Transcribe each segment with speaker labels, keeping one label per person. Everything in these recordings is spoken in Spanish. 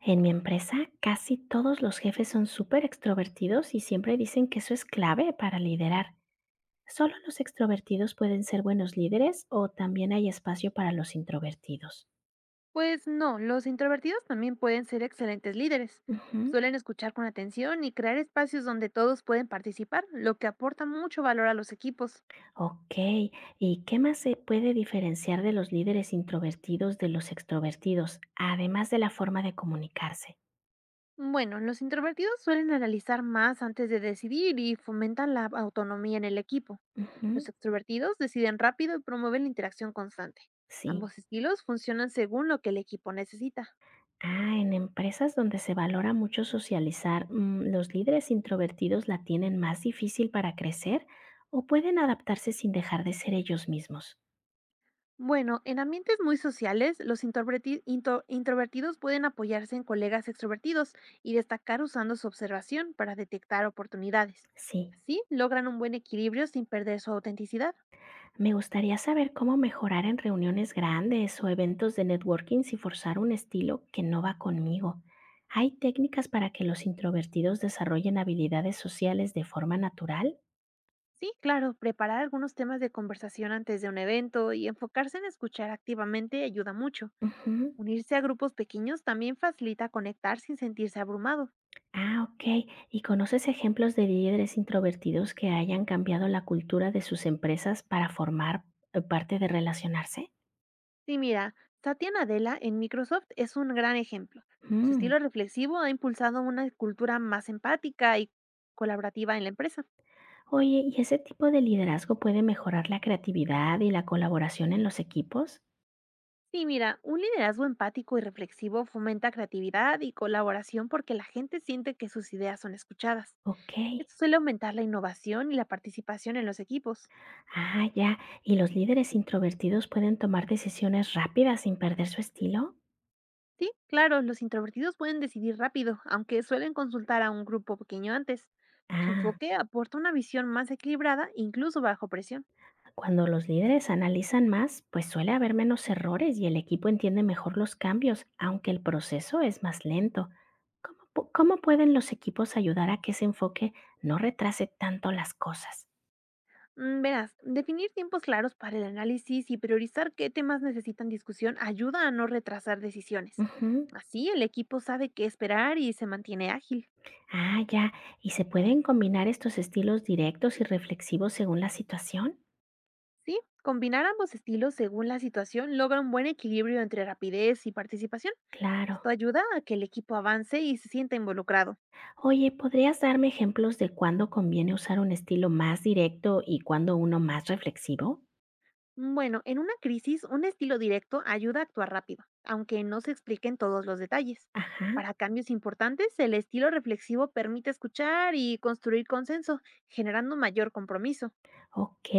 Speaker 1: En mi empresa, casi todos los jefes son súper extrovertidos y siempre dicen que eso es clave para liderar. ¿Solo los extrovertidos pueden ser buenos líderes o también hay espacio para los introvertidos?
Speaker 2: Pues no, los introvertidos también pueden ser excelentes líderes.
Speaker 1: Ujú.
Speaker 2: Suelen escuchar con atención y crear espacios donde todos pueden participar, lo que aporta mucho valor a los equipos.
Speaker 1: Ok, ¿y qué más se puede diferenciar de los líderes introvertidos de los extrovertidos, además de la forma de comunicarse?
Speaker 2: Bueno, los introvertidos suelen analizar más antes de decidir y fomentan la autonomía en el equipo.
Speaker 1: Ujú.
Speaker 2: Los extrovertidos deciden rápido y promueven la interacción constante.
Speaker 1: Sí.
Speaker 2: Ambos estilos funcionan según lo que el equipo necesita.
Speaker 1: Ah, en empresas donde se valora mucho socializar, ¿los líderes introvertidos la tienen más difícil para crecer o pueden adaptarse sin dejar de ser ellos mismos?
Speaker 2: Bueno, en ambientes muy sociales, los introvertidos pueden apoyarse en colegas extrovertidos y destacar usando su observación para detectar oportunidades.
Speaker 1: Sí,
Speaker 2: Así logran un buen equilibrio sin perder su autenticidad.
Speaker 1: me gustaría saber cómo mejorar en reuniones grandes o eventos de networking sin forzar un estilo que no va conmigo. ¿Hay técnicas para que los introvertidos desarrollen habilidades sociales de forma natural?
Speaker 2: Sí, claro, preparar algunos temas de conversación antes de un evento y enfocarse en escuchar activamente ayuda mucho.
Speaker 1: Ujú.
Speaker 2: Unirse a grupos pequeños también facilita conectar sin sentirse abrumado.
Speaker 1: Ah, ok. ¿Y conoces ejemplos de líderes introvertidos que hayan cambiado la cultura de sus empresas para formar parte de relacionarse?
Speaker 2: Sí, mira, Satya Nadella en Microsoft es un gran ejemplo. Su
Speaker 1: Mm.
Speaker 2: estilo reflexivo ha impulsado una cultura más empática y colaborativa en la empresa.
Speaker 1: Oye, ¿y ese tipo de liderazgo puede mejorar la creatividad y la colaboración en los equipos?
Speaker 2: Sí, mira, un liderazgo empático y reflexivo fomenta creatividad y colaboración porque la gente siente que sus ideas son escuchadas.
Speaker 1: Ok.
Speaker 2: Esto suele aumentar la innovación y la participación en los equipos.
Speaker 1: Ah, ya. ¿Y los líderes introvertidos pueden tomar decisiones rápidas sin perder su estilo?
Speaker 2: Sí, claro, los introvertidos pueden decidir rápido, aunque suelen consultar a un grupo pequeño antes. Su
Speaker 1: Ah.
Speaker 2: enfoque aporta una visión más equilibrada, incluso bajo presión.
Speaker 1: Cuando los líderes analizan más, pues suele haber menos errores y el equipo entiende mejor los cambios, aunque el proceso es más lento. ¿ Cómo pueden los equipos ayudar a que ese enfoque no retrase tanto las cosas?
Speaker 2: Verás, definir tiempos claros para el análisis y priorizar qué temas necesitan discusión ayuda a no retrasar decisiones.
Speaker 1: Ujú.
Speaker 2: Así el equipo sabe qué esperar y se mantiene ágil.
Speaker 1: Ah, ya. ¿Y se pueden combinar estos estilos directos y reflexivos según la situación?
Speaker 2: Sí, combinar ambos estilos según la situación logra un buen equilibrio entre rapidez y participación. Esto
Speaker 1: Claro.
Speaker 2: ayuda a que el equipo avance y se sienta involucrado.
Speaker 1: Oye, ¿podrías darme ejemplos de cuándo conviene usar un estilo más directo y cuándo uno más reflexivo?
Speaker 2: Bueno, en una crisis, un estilo directo ayuda a actuar rápido, aunque no se expliquen todos los detalles.
Speaker 1: Ajá.
Speaker 2: Para cambios importantes, el estilo reflexivo permite escuchar y construir consenso, generando mayor compromiso.
Speaker 1: Ok,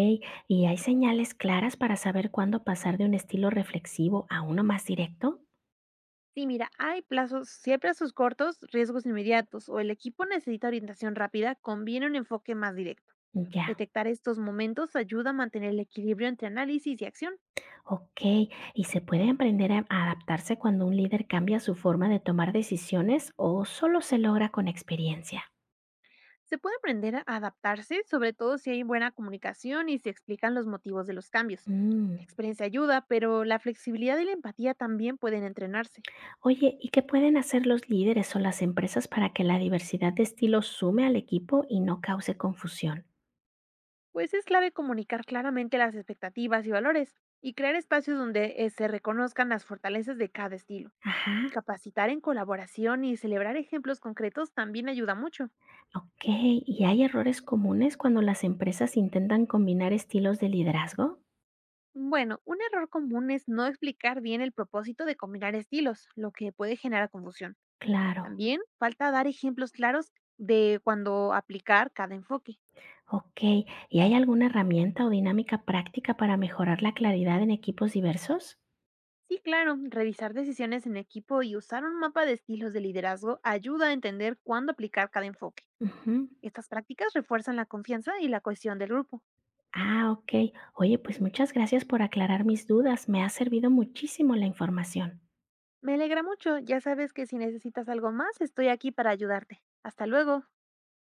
Speaker 1: ¿y hay señales claras para saber cuándo pasar de un estilo reflexivo a uno más directo?
Speaker 2: Sí, mira, hay plazos, siempre a sus cortos, riesgos inmediatos o el equipo necesita orientación rápida, conviene un enfoque más directo.
Speaker 1: Ya,
Speaker 2: Detectar estos momentos ayuda a mantener el equilibrio entre análisis y acción.
Speaker 1: ok, ¿y se puede aprender a adaptarse cuando un líder cambia su forma de tomar decisiones o solo se logra con experiencia?
Speaker 2: Se puede aprender a adaptarse, sobre todo si hay buena comunicación y se explican los motivos de los cambios. La
Speaker 1: Mm.
Speaker 2: experiencia ayuda, pero la flexibilidad y la empatía también pueden entrenarse,
Speaker 1: Oye, ¿y qué pueden hacer los líderes o las empresas para que la diversidad de estilos sume al equipo y no cause confusión?
Speaker 2: pues es clave comunicar claramente las expectativas y valores y crear espacios donde se reconozcan las fortalezas de cada estilo.
Speaker 1: Ajá.
Speaker 2: Capacitar en colaboración y celebrar ejemplos concretos también ayuda mucho.
Speaker 1: Ok, ¿y hay errores comunes cuando las empresas intentan combinar estilos de liderazgo?
Speaker 2: Bueno, un error común es no explicar bien el propósito de combinar estilos, lo que puede generar confusión.
Speaker 1: Claro.
Speaker 2: También falta dar ejemplos claros de cuando aplicar cada enfoque.
Speaker 1: Ok, ¿y hay alguna herramienta o dinámica práctica para mejorar la claridad en equipos diversos?
Speaker 2: Sí, claro, revisar decisiones en equipo y usar un mapa de estilos de liderazgo ayuda a entender cuándo aplicar cada enfoque.
Speaker 1: Ujú.
Speaker 2: Estas prácticas refuerzan la confianza y la cohesión del grupo.
Speaker 1: Ah, ok. Oye, pues muchas gracias por aclarar mis dudas. Me ha servido muchísimo la información.
Speaker 2: Me alegra mucho, ya sabes que si necesitas algo más, estoy aquí para ayudarte. Hasta luego.